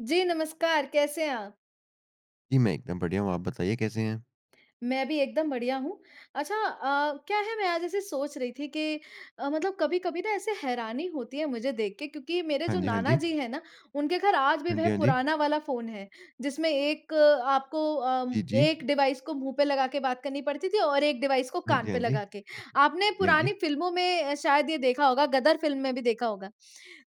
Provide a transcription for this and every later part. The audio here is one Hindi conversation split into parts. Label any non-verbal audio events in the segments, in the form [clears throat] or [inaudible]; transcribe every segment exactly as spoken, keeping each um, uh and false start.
जी, नमस्कार, कैसे हैं आप? जी, मैं एकदम बढ़िया हूँ। आप बताइए कैसे हैं? मैं भी एकदम बढ़िया हूँ। अच्छा अ, क्या है मैं आज ऐसे सोच रही थी कि अ, मतलब कभी-कभी ना ऐसे हैरानी होती है मुझे देख के क्योंकि मेरे हाँ जो जी, हाँ नाना जी। जी हैं ना, उनके घर आज भी हाँ जी, वह हाँ जी। पुराना वाला फ़ोन है, जिसमें एक अ, आपको अम, जी, जी। एक डिवाइस को मुँह पे लगा के बात करनी पड़ती थी और एक डिवाइस को हाँ कान जी, हाँ पे जी। लगा के। हाँ आपने जी, हाँ जी। पुरानी फ़िल्मों में अ, शायद ये देखा होगा, गदर फ़िल्म में भी देखा होगा।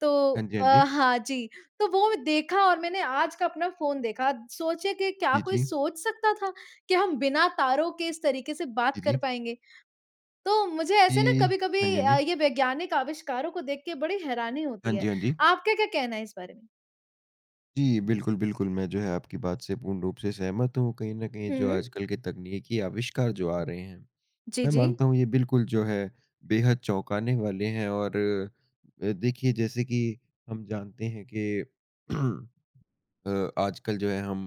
तो हाँ जी, हाँ जी। अ, हाँ जी, तो वो देखा और मैंने आज का अपना फ़ोन देखा। सोचिए कि क्या जी, कोई जी। सोच सकता था? कि हम बिना तारों के इस तरीके से जी, बात कर जी। पाएँगे। तो मुझे जी। ऐसे ना हाँ जी, कभी-कभी हाँ अ, जी। ये वैज्ञानिक आविष्कारों को देख के बड़ी हैरानी हाँ होती है। जी, हाँ जी। आपका क्या कहना है इस बारे में? जी, बिल्कुल, बिल्कुल। मैं जो है आपकी बात से पूर्ण रूप से सहमत हूँ। कहीं न कहीं जो हुँ। आजकल के तकनीकी आविष्कार जो आ रहे हैं, जी, मैं जी। मानता हूँ ये बिल्कुल जो है बेहद चौंकाने वाले हैं और अ, देखिए जैसे कि हम जानते हैं कि [clears throat] अ, आजकल जो है हम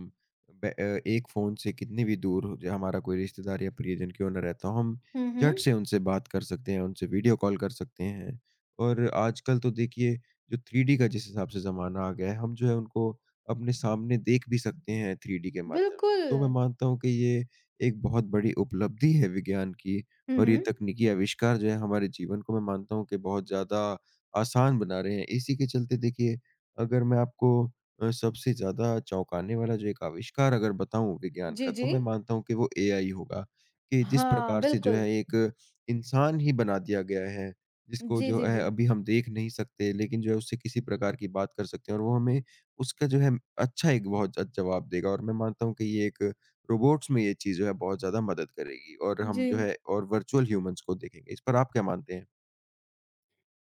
बै- अ, एक फ़ोन से कितने भी दूर हो जाए हमारा कोई रिश्तेदार या प्रियजन क्यों ना रहता हो हम हुँ, झट हुँ। से उनसे बात कर सकते हैं उनसे वीडियो कॉल कर सकते हैं और आजकल तो देखिए जो थ्री डी का जिस हिसाब से ज़माना आ गया है हम जो है उनको अपने सामने देख भी सकते हैं थ्री डी के माध्यम से बिल्कुल। तो मैं मानता हूँ कि ये एक बहुत बड़ी उपलब्धि है विज्ञान की हुँ, और ये हुँ। तकनीकी आविष्कार जो है हमारे जीवन को मैं मानता हूँ कि बहुत ज़्यादा आसान बना रहे हैं इसी के चलते देखिए अगर मैं आपको अ, सबसे ज़्यादा चौंकाने वाला जो एक आविष्कार अगर बताऊँ विज्ञान जी, का, तो जी। मैं मानता हूँ कि वो एआई होगा। कि जिस हाँ, प्रकार से जो बिल्कुल। है एक इंसान ही बना दिया गया है, जिसको जी, जो जी, है जी। अभी हम देख नहीं सकते, लेकिन जो है उससे किसी प्रकार की बात कर सकते हैं और वो हमें उसका जो है अच्छा एक बहुत ज जवाब देगा और मैं मानता हूँ कि ये एक रोबोट्स में ये चीज़ जो है बहुत ज़्यादा मदद करेगी और हम जी। जो है और वर्चुअल ह्यूमन्स को देखेंगे। इस पर आप क्या मानते हैं?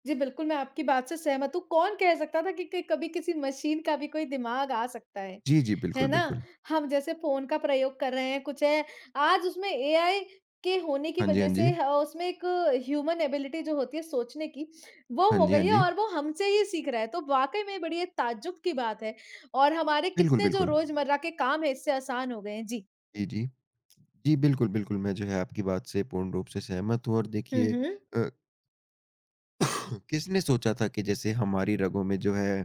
जी, बिल्कुल, मैं आपकी बात से सहमत हूँ। कौन कह सकता था कि कि कभी किसी मशीन का भी कोई दिमाग आ सकता है, जी, जी। है बिल्कुल, ना? बिल्कुल। हम जैसे फ़ोन का प्रयोग कर रहे हैं, कुछ है, आज उसमें एआई के होने की हाँ जी, हाँ वजह जी। से ह उसमें एक ह्यूमन एबिलिटी जो होती है सोचने की, वो हाँ हो जी, हाँ गई है जी। और वो हमसे ही सीख रहा है। तो वाक़ई में बड़ी ये ताज्जुब की बात है और हमारे बिल्कुल, कितने जो बिल्कुल। रोज़मर्रा के काम हैं, इससे आसान हो गए हैं। जी। जी, जी। जी, बिल्कुल, बिल्कुल। मैं जो है आपकी बात से पूर्ण रूप से सहमत हूँ और हुँ, देखिए हुँ। अ, [clears throat] किसने सोचा था कि जैसे हमारी रगों में जो है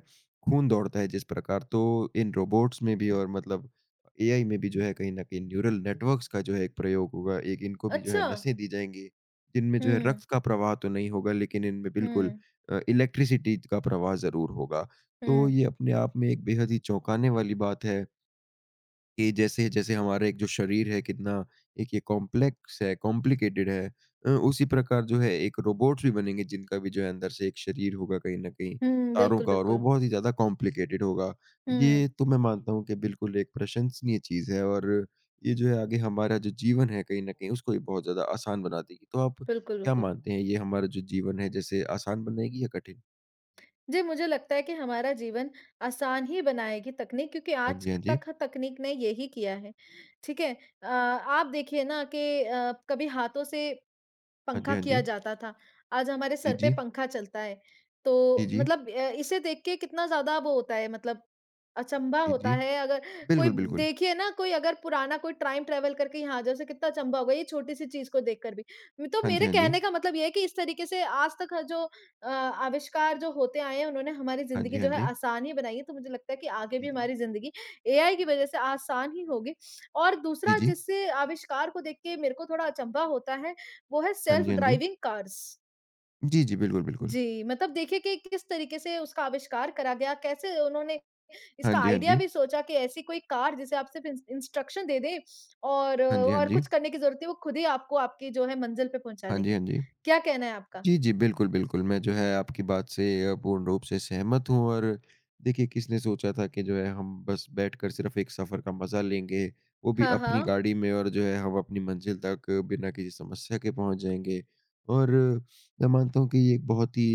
खून दौड़ता है जिस प्रकार, तो इन रोबोट्स में भी और मतलब एआई में भी जो है कहीं न कहीं न्यूरल नेटवर्क्स का जो है एक प्रयोग होगा। एक इनको भी जो है अच्छा। नसें दी जाएँगी, जिनमें जो है हुँ, रक्त का प्रवाह तो नहीं होगा लेकिन इनमें बिल्कुल हुँ, अ, इलेक्ट्रिसिटी का प्रवाह ज़रूर होगा। तो हुँ, ये अपने आप में एक बेहद ही चौंकाने वाली बात है। कि जैसे जैसे हमारा एक जो शरीर है कितना एक ये कॉम्प्लेक्स है कॉम्प्लिकेटेड है अ, उसी प्रकार जो है एक रोबोट्स भी बनेंगे जिनका भी जो है अंदर से एक शरीर होगा कहीं न कहीं हुँ, तारों बिल्कुल, का और वो बिल्कुल। बहुत ही ज़्यादा कॉम्प्लिकेटेड होगा। हुँ, ये तो मैं मानता हूँ कि बिल्कुल एक प्रशंसनीय चीज़ है और ये जो है आगे हमारा जो जीवन है कहीं न कहीं उसको भी बहुत ज़्यादा आसान बना देगी। तो आप बिल्कुल, क्या बिल्कुल। मानते हैं ये हमारा जो जीवन है जैसे आसान बनाएगी या कठिन? जी, मुझे लगता है कि हमारा जीवन आसान ही बनाएगी तकनीक क्योंकि हाँ आज जी, हाँ जी। तक तकनीक ने यही किया है, ठीक है? अ, आप देखिए ना कि अ, कभी हाथों से हाँ जी, पंखा हाँ जी। किया जाता था, आज हमारे जी, सर पे जी। पंखा चलता है। जी, तो जी। मतलब अ, इसे देख के कितना ज़्यादा वो होता है मतलब अचंभा जी, होता जी। है अगर कोई बिल्कुल, बिल्कुल। देखिए ना कोई अगर पुराना कोई टाइम ट्रैवल करके यहाँ आ जाए उसे कितना अचंभा होगा ये छोटी-सी चीज़ को देखकर भी। मैं- तो हाँ जी, मेरे हाँ जी। कहने का मतलब ये है कि इस तरीके से आज तक जो अ, आविष्कार जो होते आए हैं उन्होंने हमारी हाँ ज़िंदगी जी, हाँ जो है जी। आसान ही बनाई है, तो मुझे लगता है कि आगे जी, भी जी। हमारी ज़िंदगी एआई की वज़ह से आसान ही होगी। और जी, दूसरा जी। जिससे आविष्कार को देख के मेरे को थोड़ा अचंभा होता है वो है हाँ सेल्फ जी, हाँ जी। Driving cars. जी, जी, बिल्कुल, बिल्कुल। जी, मतलब देखिए कि किस तरीके से उसका आविष्कार करा गया, कैसे उन्होंने हाँ इसका जी, हाँ आइडिया जी। भी सोचा कि ऐसी कोई कार जिसे आप सिर्फ़ इंस इंस्ट्रक्शन दे दें और अ, हाँ जी, हाँ और जी। कुछ करने की ज़रूरत नहीं, वो खुद ही आपको आपकी जो है मंज़िल पे पहुँचा हाँ जी, देगी। हाँ जी। क्या कहना है आपका? जी, जी। बिल्कुल, बिल्कुल। मैं जो है आपकी बात से अ, पूर्ण रूप से सहमत हूँ और देखिए किसने सोचा था कि जो है हम बस बैठकर सिर्फ़ एक सफ़र का मज़ा लेंगे, वो भी हाँ, अपनी हाँ। गाड़ी में और जो है हम अपनी मंज़िल तक बिना किसी समस्या के पहुँच जाएँगे। और मैं मानता हूँ कि ये एक बहुत ही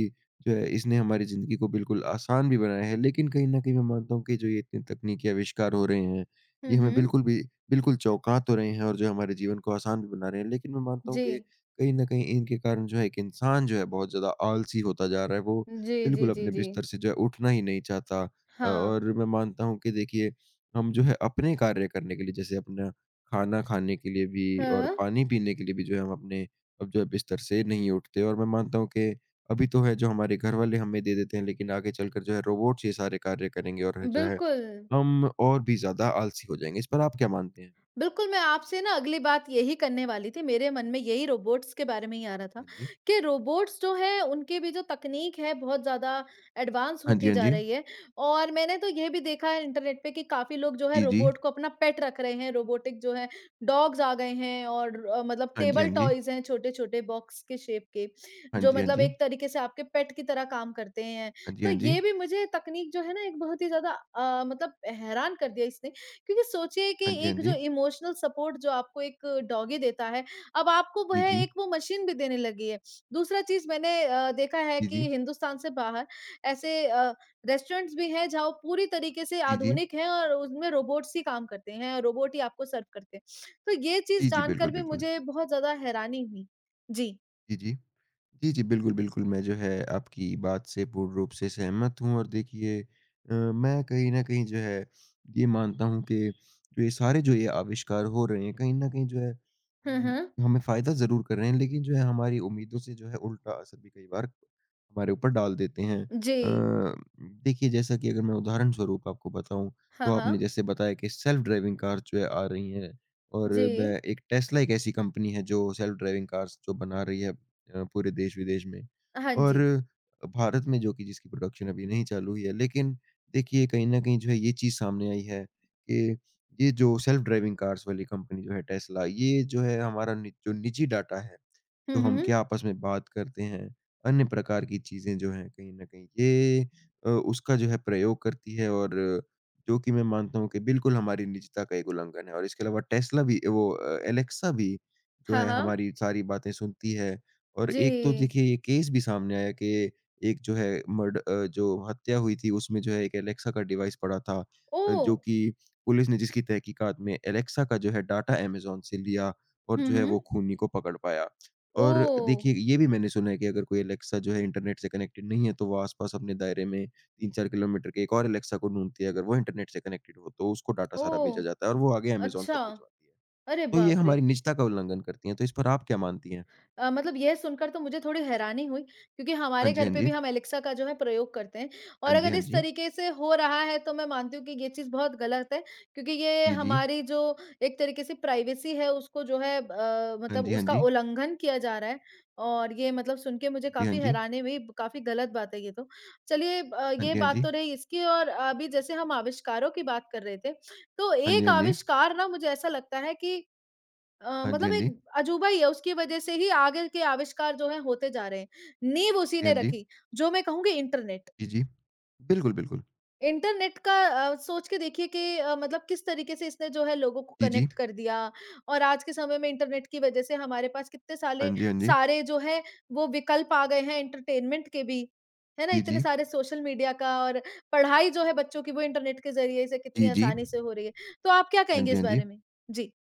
जो है इसने हमारी ज़िंदगी को बिल्कुल आसान भी बनाया है, लेकिन कहीं न कहीं मैं मानता हूँ कि जो ये इतने तकनीकी आविष्कार हो रहे हैं, हुँ, ये हमें हुँ। बिल्कुल भी बिल्कुल चौंका तो रहे हैं और जो हमारे जीवन को आसान भी बना रहे हैं, लेकिन मैं मानता हूँ जी। कि कहीं न कहीं इनके कारण जो है एक इंसान जो है बहुत ज़्यादा आलसी होता जा रहा है, वो जी, जी, बिल्कुल जी, अपने जी। बिस्तर से जो है उठना ही नहीं चाहता। अ, हाँ। और मैं मानता हूँ कि देखिए हम जो है अपने कार्य करने के लिए जैसे अपना खाना खाने के लिए भी और हाँ। पानी पीने के लिए भी जो है हम अपने अब जो है बिस्तर से नहीं उठते और मैं मानता हूँ कि अभी तो है जो हमारे घरवाले हमें दे देते हैं लेकिन आगे चलकर जो है रोबोट्स ये सारे कार्य करेंगे और जो है बिल्कुल। हम और भी ज़्यादा आलसी हो जाएँगे। इस पर आप क्या मानते हैं? बिल्कुल, मैं आपसे ना अगली बात यही करने वाली थी। मेरे मन में यही रोबोट्स के बारे में ही आ रहा था हाँ जी। कि रोबोट्स जो हैं, उनके भी जो तकनीक है, बहुत ज़्यादा एडवांस हाँ जी, होती हाँ जा जी। रही है और मैंने तो ये भी देखा है इंटरनेट पे कि काफ़ी लोग जो है, जी, जी। रोबोट को अपना पेट रख रहे हैं। रोबोटिक जो है, डॉग्स आ गए हैं और अ, मतलब हाँ जी, हाँ टेबल जी। टॉयज़ हैं छोटे-छोटे बॉक्स के शेप के, हाँ जो जी, हाँ मतलब जी। एक तरीके से आपके पेट की तरह काम करते हैं। हाँ जी, तो हाँ जी। ये भी मुझे तकनीक जो है ना, एक बहुत ही ज़्यादा अ, मतलब हैरान कर दिया इसने क्योंकि सोचिए कि हाँ जी, हाँ एक जो जी। इमोशनल सपोर्ट जो आपको एक डॉगी देता है, अब आपको जी, वह जी। एक वो मशीन भी देने लगी है। दूसरा चीज़ मैंने अ, देखा है जी, जी। कि हिंदुस्तान से बाहर ऐसे अ, रेस्टोरेंट्स भी हैं जहाँ वो पूरी तरीके से जी, जी। जी, जी। आधुनिक हैं और उसमें रोबोट्स ही काम करते हैं, रोबोट ही आपको सर्व करते हैं। तो ये चीज़ जी, जी, बिल्कुल, जानकर भी बिल्कुल। मुझे बहुत ज़्यादा हैरानी हुई। जी। जी, जी। जी, जी, बिल्कुल, बिल्कुल, मैं जो है आपकी बात से पूर्ण रूप से सहमत हूँ और देखिए अ, मैं कहीं न कहीं जो है ये मानता हूँ कि जो ये सारे जो ये आविष्कार हो रहे हैं, कहीं न कहीं जो है हुँ, उम, हुँ। हमें फ़ायदा ज़रूर कर रहे हैं, लेकिन जो है हमारी उम्मीदों से जो है उल्टा असर भी कई बार हमारे ऊपर डाल देते हैं। जी। अ, देखिए जैसा कि अगर मैं उदाहरण स्वरूप आपको बताऊँ, तो हाँ, आपने हाँ। जैसे बताया कि सेल्फ़ ड्राइविंग कार जो है आ रही हैं और जी। मैं एक टेस्ला एक ऐसी कंपनी है जो सेल्फ़ ड्राइविंग कार्स जो बना रही है। अ, पूरे देश-विदेश में हाँ और जी। भारत में जो कि जिसकी प्रोडक्शन अभी नहीं चालू हुई है। लेकिन देखिए कहीं न कहीं जो है ये चीज़ सामने आई है कि ये जो सेल्फ ड्राइविंग कार्स वाली कंपनी जो है टेस्ला ये जो है हमारा नि जो निजी डाटा है हुँ, जो हम हुँ। क्या आपस में बात करते हैं, अन्य प्रकार की चीज़ें जो हैं कहीं न कहीं ये अ, उसका जो है प्रयोग करती है और जो कि मैं मानता हूँ कि बिल्कुल हमारी निजता का एक उल्लंघन है और इसके अलावा टेस्ला भी वो अ, एलेक्सा भी जो हाँ, है हाँ। हमारी सारी बातें सुनती है और जी। एक तो देखिए ये केस भी सामने आया कि एक जो है मर्ड अ, जो हत्या हुई थी उसमें जो है एक एलेक्सा का डिवाइस पड़ा था अ, ओह! जो कि पुलिस ने जिसकी तहकीकात में एलेक्सा का जो है डाटा अमेज़न से लिया और हुँ, जो है वो हुँ। खूनी को पकड़ पाया। और ओह! देखिए, ये भी मैंने सुना है कि अगर कोई एलेक्सा जो है इंटरनेट से कनेक्टेड नहीं है, तो वो आस-पास अपने दायरे में तीन चार किलोमीटर के एक और एलेक्सा को ढूँढती है, अगर वो इंटरनेट से कनेक्टेड हो, तो उसको डाटा सारा भेजा ओह! जाता है और वो आगे अमेज़न तक अच्छा, भिजवाती है। अरे तो ये बाप रे! हमारी निजता का उल्लंघन करती हैं, तो इस पर आप क्या मानती हैं? अ, मतलब यह सुनकर तो मुझे थोड़ी हैरानी हुई क्योंकि हाँ हमारे जी, घर हाँ पे जी। भी हम एलेक्सा का जो है प्रयोग करते हैं और हाँ जी, अगर हाँ इस जी। तरीके से हो रहा है तो मैं मानती हूँ कि ये चीज़ बहुत गलत है क्योंकि ये जी, जी। हमारी जो एक तरीके से प्राइवेसी है उसको जो है अ, हाँ मतलब जी, हाँ उसका जी। उल्लंघन किया जा रहा है और ये मतलब सुन के मुझे जी, हाँ काफी जी। हैरानी हुई काफी गलत बात है ये तो चलिए अ, हाँ ये जी, हाँ बात जी। तो रही इसकी और अभी जैसे हम आविष्कारों की बात कर रहे थे तो हाँ जी, एक हाँ जी। आविष्कार ना मुझे ऐसा लगता है कि अ, हाँ जी, मतलब हाँ जी। एक अजूबा ही है, उसकी वजह से ही आगे के आविष्कार जो हैं होते जा रहे हैं। नींव उसी जी, ने हाँ जी। रखी, जो मैं कहूँगी इंटरनेट। जी, जी। बिल्कुल, बिल्कुल। इंटरनेट का अ, सोच के देखिए कि अ, मतलब किस तरीके से इसने जो है लोगों को जी, जी। कनेक्ट कर दिया और आज के समय में इंटरनेट की वजह से हमारे पास कितने हाँ साले जी, हाँ जी। सारे जो है वो विकल्प आ गए हैं एंटरटेनमेंट के भी, है ना? जी, इतने जी। सारे सोशल मीडिया का और पढ़ाई जो है बच्चों की वो इंटरनेट के ज़रिए से कितनी जी, जी। हाँ आसानी से हो रही है। तो आप क्या कहेंगे जी, इस हाँ जी। बारे में? जी।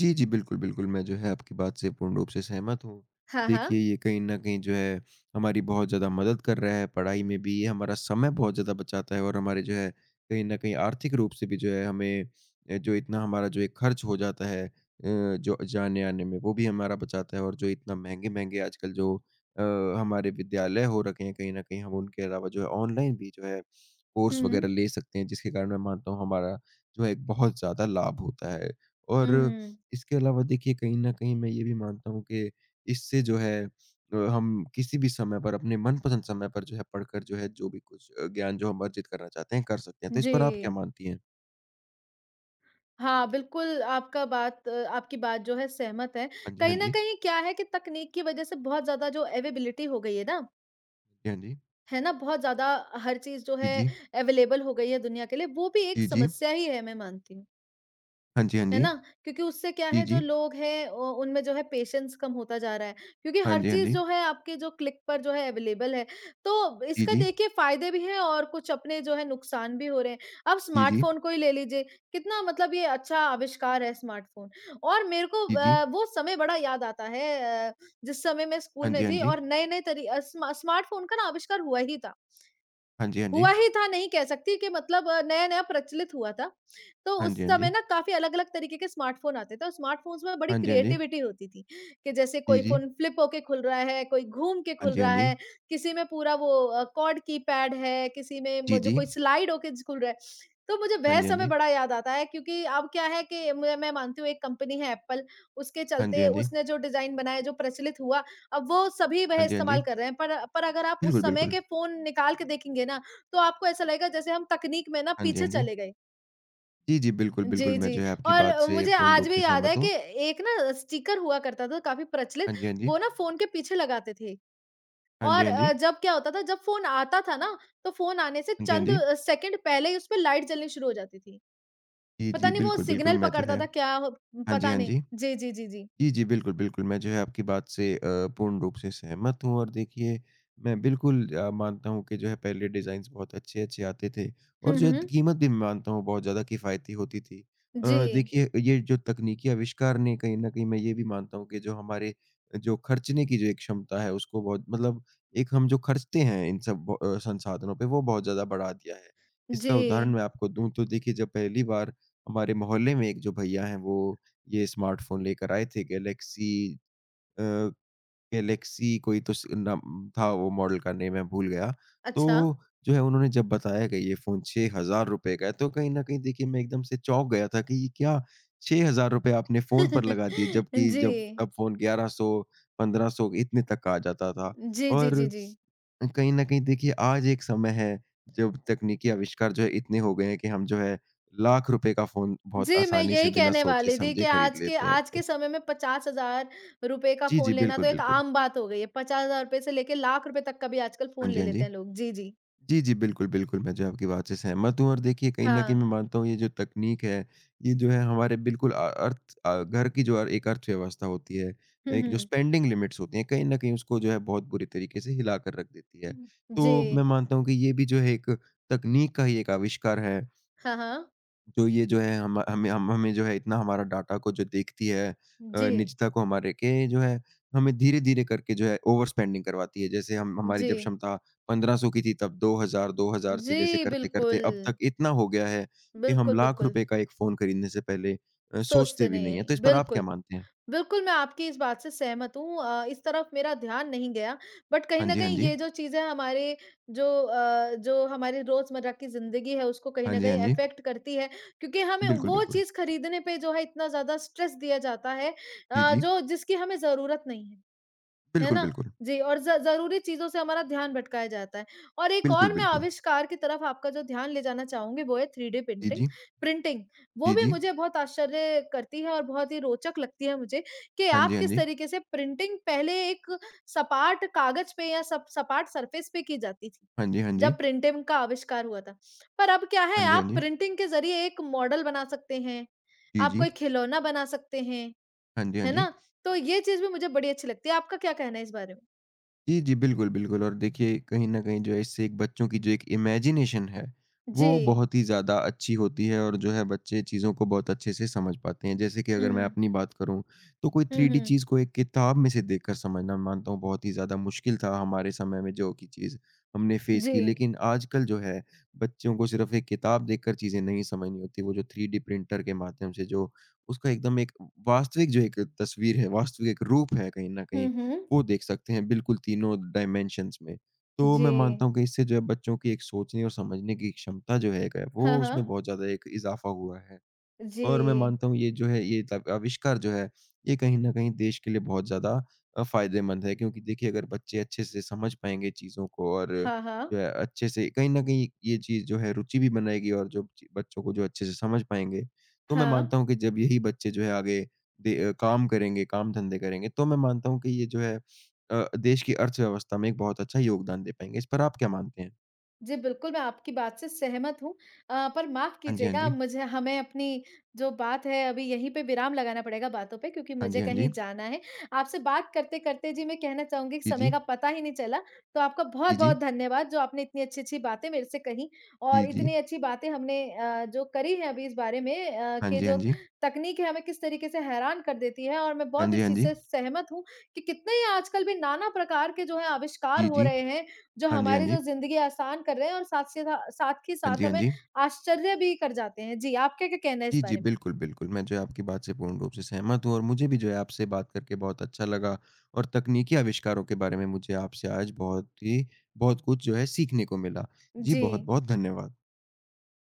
जी, जी। बिल्कुल, बिल्कुल। मैं जो है आपकी बात से पूर्ण रूप से सहमत हूँ। हाँ, देखिए हाँ। ये कहीं न कहीं जो है हमारी बहुत ज़्यादा मदद कर रहा है, पढ़ाई में भी ये हमारा समय बहुत ज़्यादा बचाता है और हमारे जो है कहीं न कहीं आर्थिक रूप से भी जो है हमें अ, जो इतना हमारा जो एक खर्च हो जाता है अ, जो जाने-आने में वो भी हमारा बचाता है और जो इतना महँगे-महँगे आजकल जो अ, हमारे विद्यालय हो रखे हैं कहीं न कहीं हम उनके अलावा जो है ऑनलाइन भी जो है हुँ, कोर्स वग़ैरह हुँ। ले सकते हैं जिसके कारण मैं मानता हूँ हमारा जो है एक बहुत ज़्यादा लाभ होता है। हुँ, और हुँ। इसके अलावा देखिए कहीं न कहीं मैं ये भी मानता हूँ कि इससे जो है अ, हम किसी भी समय पर अपने मनपसंद समय पर जो है पढ़कर जो है जो भी कुछ अ, ज्ञान जो हम अर्जित करना चाहते हैं, कर सकते हैं। तो इस जी। पर आप क्या मानती हैं? हाँ, बिल्कुल आपका बात अ, आपकी बात जो है सहमत है। हाँ जी, हाँ कहीं न जी। कहीं क्या है कि तकनीक की वज़ह से बहुत ज़्यादा जो अवेलेबिलिटी हो गई है ना, जी, हाँ जी। है ना? बहुत ज़्यादा हर चीज़ जो जी, है जी। अवेलेबल हो गई है दुनिया के लिए, वो भी एक जी, जी। समस्या ही है मैं मानती हूँ। हाँ जी, हाँ है जी। ना? क्योंकि उससे क्या जी, है जो जी। लोग हैं अ, उनमें जो है पेशेंस कम होता जा रहा है, क्योंकि हाँ हर जी, हाँ चीज़ जी। जो है आपके जो क्लिक पर जो है अवेलेबल है। तो जी, इसका जी। देखिए फ़ायदे भी हैं और कुछ अपने जो है नुकसान भी हो रहे हैं। आप जी, जी। स्मार्टफ़ोन को ही ले लीजिए, कितना मतलब ये अच्छा आविष्कार है स्मार्टफ़ोन और मेरे को जी, जी। अ, वो समय बड़ा याद आता है अ, जिस समय मैं स्कूल हाँ जी, में हाँ थी जी। और नए-नए तरी अ, स्मा स्मार्टफ़ोन का ना आविष्कार हुआ ही था। हाँ जी, हाँ जी। हुआ ही था नहीं कह सकती कि मतलब अ, नया-नया प्रचलित हुआ था। तो हाँ उस जी, हाँ जी। समय ना काफ़ी अलग-अलग तरीके के स्मार्टफ़ोन आते थे और स्मार्टफ़ोन्स में बड़ी हाँ जी, हाँ जी। क्रिएटिविटी होती थी, कि जैसे जी, कोई जी। फ़ोन फ्लिप होके खुल रहा है, कोई घूम के हाँ खुल जी, हाँ रहा जी। है, किसी में पूरा वो अ, क्वाड कीपैड है, किसी में जी, म जो जी। कोई स्लाइड होके ज खुल रहा है। तो मुझे हाँ वह जी, हाँ समय जी। बड़ा याद आता है क्योंकि अब क्या है कि मैं मैं मानती हूँ एक कंपनी है एप्पल, उसके हाँ जी, चलते हाँ जी। उसने जो डिज़ाइन बनाया, जो प्रचलित हुआ, अब वो सभी वह हाँ जी, हाँ जी। इस्तेमाल कर रहे हैं। पर पर अगर आप उस बिल्कुल, समय बिल्कुल। के फ़ोन निकाल के देखेंगे ना, तो आपको ऐसा लगेगा जैसे हम तकनीक में ना हाँ जी, हाँ पीछे जी। चले गए। जी, जी। बिल्कुल, बिल्कुल, जी, मैं जो जी। है आपकी और बात अ, से मुझे पूर्ण आज रूप से भी याद सहमत है कि हूँ। एक ना स्टिकर हुआ करता था काफ़ी प्रचलित, हाँ जी, हाँ जी। वो ना फ़ोन के पीछे लगाते थे। हाँ जी, और हाँ जी। अ, जब क्या होता था जब फ़ोन आता था ना, तो फ़ोन आने से हाँ जी, हाँ चंद जी। अ, सेकंड पहले ही उसपे लाइट जलनी शुरू हो जाती थी। जी, पता जी। नहीं वो बिल्कुल, बिल्कुल सिग्नल मैं जो पकड़ता है था क्या हो हाँ जी, पता हाँ नहीं। जी। जी, जी, जी, जी। जी, जी। बिल्कुल, बिल्कुल। मैं जो है आपकी बात से अ, पूर्ण रूप से सहमत हूँ और देखिए मैं बिल्कुल अ, मानता हूँ कि जो है पहले डिज़ाइन्स बहुत अच्छे-अच्छे आते थे और हुँ, जो है हुँ। कीमत भी मैं मानता हूँ बहुत ज़्यादा किफ़ायती होती थी। जी, अ, देखिए ये जो तकनीकी आविष्कार ने कहीं न कहीं मैं ये भी मानता हूँ कि जो हमारे जो खर्चने की जो एक क्षमता है उसको बहुत मतलब एक हम जो खर्चते हैं इन सब ब अ, संसाधनों पे वो बहुत ज़्यादा बढ़ा दिया है। जी। इसका उदाहरण मैं आपको दूँ तो देखिए जब पहली बार हमारे मोहल्ले में एक जो भैया हैं वो ये स्मार्टफ़ोन लेकर आए थे गैलेक्सी अ, गैलेक्सी कोई तो स नाम था वो मॉडल का नेम मैं भूल गया। तो अच्छा। जो है उन्होंने जब बताया कि ये फ़ोन ₹छह हज़ार रुपए का है, तो कहीं न कहीं देखिए मैं एकदम से चौंक गया था कि ये क्या ₹छह हज़ार रुपए आपने फ़ोन पर लगा दिए [laughs] जबकि जी। जब तब फ़ोन ग्यारह सौ, पंद्रह सौ इतने तक का आ जाता था। जी, जी, जी, और जी। कहीं न कहीं देखिए आज एक समय है जब तकनीकी आविष्कार जो है इतने हो गए हैं कि हम जो है लाख रुपए का फ़ोन बहुत जी, मैं आसानी से यही बिना कहने वाली थी सोचे-समझे कि खरीद आज के लेते हैं। आज तो के समय में पचास हज़ार रुपए का जी, फ़ोन जी। लेना बिल्कुल, तो एक बिल्कुल। आम बात हो गई है। पचास हज़ार रुपए से लेके लाख रुपए तक का भी आजकल हाँ फ़ोन जी, ले हाँ जी। लेते हैं लोग। जी, जी। जी, जी। बिल्कुल, बिल्कुल, मैं जो है आपकी बात से सहमत हूँ और देखिए कहीं न कहीं हाँ। मैं मानता हूँ ये जो तकनीक है, ये जो है हमारे बिल्कुल अ, अर्थ अ, घर की जो अर- एक अर्थव्यवस्था होती है, हुँ, एक जो हुँ। स्पेंडिंग लिमिट्स होती हैं, कहीं न कहीं उसको जो है बहुत बुरी तरीके से हिला कर रख देती है। हुँ। तो मैं जी। मानता हूँ कि ये भी जो है एक तकनीक का ही एक आविष्कार है। हाँ, हाँ। जो ये जो है हम हमें हम हमें जो है इतना हमारा डाटा को जो देखती है अ, जी। निजता को हमारे के जो है हमें धीरे-धीरे करके जो है ओवर स्पेंडिंग करवाती है। जैसे हम हमारी जी। जब क्षमता पंद्रह सौ की थी तब दो हज़ार दो हज़ार से जी, जैसे करते-करते बिल्कुल। अब तक इतना हो गया है कि हम बिल्कुल, लाख बिल्कुल। रुपए का एक फ़ोन खरीदने से पहले अ, सोचते सोचते भी नहीं नहीं हैं। हैं। तो इस पर आप क्या बिल्कुल। मानते हैं? बिल्कुल, मैं आपकी इस बात से सहमत हूँ अ, इस तरफ मेरा ध्यान नहीं गया, बट कहीं हाँ न जी, हाँ कहीं जी। ये जो चीज़ें हमारे जो अ, जो हमारी रोज़मर्रा की ज़िंदगी है, उसको कहीं हाँ न जी, हाँ कहीं जी। अफ़ेक्ट करती है, क्योंकि हमें बिल्कुल, वो बिल्कुल। चीज़ खरीदने पे जो है इतना ज़्यादा स्ट्रेस दिया जाता है जी, अ, जी। जो जिसकी हमें ज़रूरत नहीं है। है बिल्कुल, ना? बिल्कुल। जी, और ज़ ज़रूरी चीज़ों से हमारा ध्यान भटकाया जाता है। और एक बिल्कुल, और मैं बिल्कुल। आविष्कार की तरफ आपका जो ध्यान ले जाना चाहूँगी वो है थ्री डी जी, पेंटिंग जी। प्रिंटिंग। वो जी, भी जी। मुझे बहुत आश्चर्य करती है और बहुत ही रोचक लगती है मुझे कि हाँ जी, आप हाँ किस जी। तरीके से प्रिंटिंग पहले एक सपाट कागज़ पे या सप सपाट सरफेस पे की जाती थी, हाँ जी, हाँ जी। जब प्रिंटिंग का आविष्कार हुआ था। पर अब क्या है हाँ जी, हाँ आप जी। प्रिंटिंग के ज़रिए एक मॉडल बना सकते हैं, जी, आप जी। कोई खिलौना बना सकते हैं। हाँ जी, हाँ है ना? जी। तो ये चीज़ भी मुझे बड़ी अच्छी लगती है। आपका क्या कहना है इस बारे में? जी, जी, बिल्कुल, बिल्कुल और देखिए कहीं न कहीं जो है इससे एक बच्चों की जो एक इमेजिनेशन है, जी। वो बहुत ही ज़्यादा अच्छी होती है और जो है बच्चे चीज़ों को बहुत अच्छे से समझ पाते हैं। जैसे कि अगर मैं हुँ। अपनी बात करूँ, तो कोई हुँ, थ्री डी हुँ। चीज़ को एक किताब में से देखकर समझना मैं मानता हूँ बहुत ही ज़्यादा मुश्किल था हमारे समय में जो कि चीज़ हमने फेस जी। की। लेकिन आजकल जो है बच्चों को सिर्फ़ एक किताब देखकर चीज़ें नहीं समझनी होती, वो जो थ्री डी प्रिंटर के माध्यम से जो उसका एकदम एक वास्तविक जो एक तस्वीर है, वास्तविक एक रूप है कहीं न कहीं हुँ, हुँ। वो देख सकते हैं बिल्कुल तीनों डायमेंशंस में। तो जी। मैं मानता हूँ कि इससे जो है बच्चों की एक सोचने और समझने की क्षमता जो है एक है, हाँ, वो उसमें हाँ। बहुत ज़्यादा एक इज़ाफ़ा हुआ है। जी। और मैं मानता हूँ ये जो है ये तब आविष्कार जो है, ये कहीं न कहीं देश के लिए बहुत ज़्यादा अ, फ़ायदेमंद है क्योंकि देखिए अगर बच्चे अच्छे से समझ पाएँगे चीज़ों को और हाँ, हाँ। जो है अच्छे से कहीं न कहीं ये चीज़ जो है रुचि भी बनाएगी और जो ची बच्चों को जो अच्छे से समझ पाएँगे, तो मैं हाँ। मानता हूँ कि जब यही बच्चे जो है आगे दे अ, काम करेंगे, काम-धंधे करेंगे, तो मैं मानता हूँ कि ये जो है अ, देश की अर्थव्यवस्था में एक बहुत अच्छा योगदान दे पाएँगे। इस पर आप क्या मानते हैं? जी, बिल्कुल, मैं आपकी बात से सहमत हूँ। अ, पर माफ़ हाँ जी, हाँ कीजिएगा जी। मुझे हमें अपनी जो बात है अभी यहीं पे विराम लगाना पड़ेगा बातों पे क्योंकि हाँ जी, मुझे हाँ जी। कहीं जाना है। आपसे बात करते-करते जी मैं कहना चाहूँगी कि जी, समय जी। का पता ही नहीं चला। तो आपका जी, जी। बहुत-बहुत धन्यवाद जो आपने इतनी अच्छी-अच्छी बातें मेरे से कहीं जी, और जी। इतनी अच्छी बातें हमने अ, जो करी है अभी इस बारे में अ, हाँ कि जी, हाँ जो जी। तकनीक है हमें किस तरीके से हैरान कर देती है और मैं हाँ बहुत जी, इस हाँ चीज़ जी। से सहमत हूँ कि कितने ही आजकल भी नाना प्रकार के जो है आविष्कार जी, हो जी। रहे हैं जो हाँ जी, हाँ हमारी जी। जो ज़िंदगी आसान कर रहे हैं और साथ से था साथ ही हाँ जी, साथ हाँ हमें जी। आश्चर्य भी कर जाते हैं। जी, आपका क्या कहना है जी, इस जी, बारे में? बिल्कुल, बिल्कुल। मैं जो है आपकी बात से पूर्ण रूप से सहमत हूँ और मुझे भी जो है आपसे बात करके बहुत अच्छा लगा और तकनीकी आविष्कारों के बारे में मुझे आपसे आज बहुत ही बहुत कुछ जो है सीखने को मिला। जी, जी। बहुत-बहुत धन्यवाद।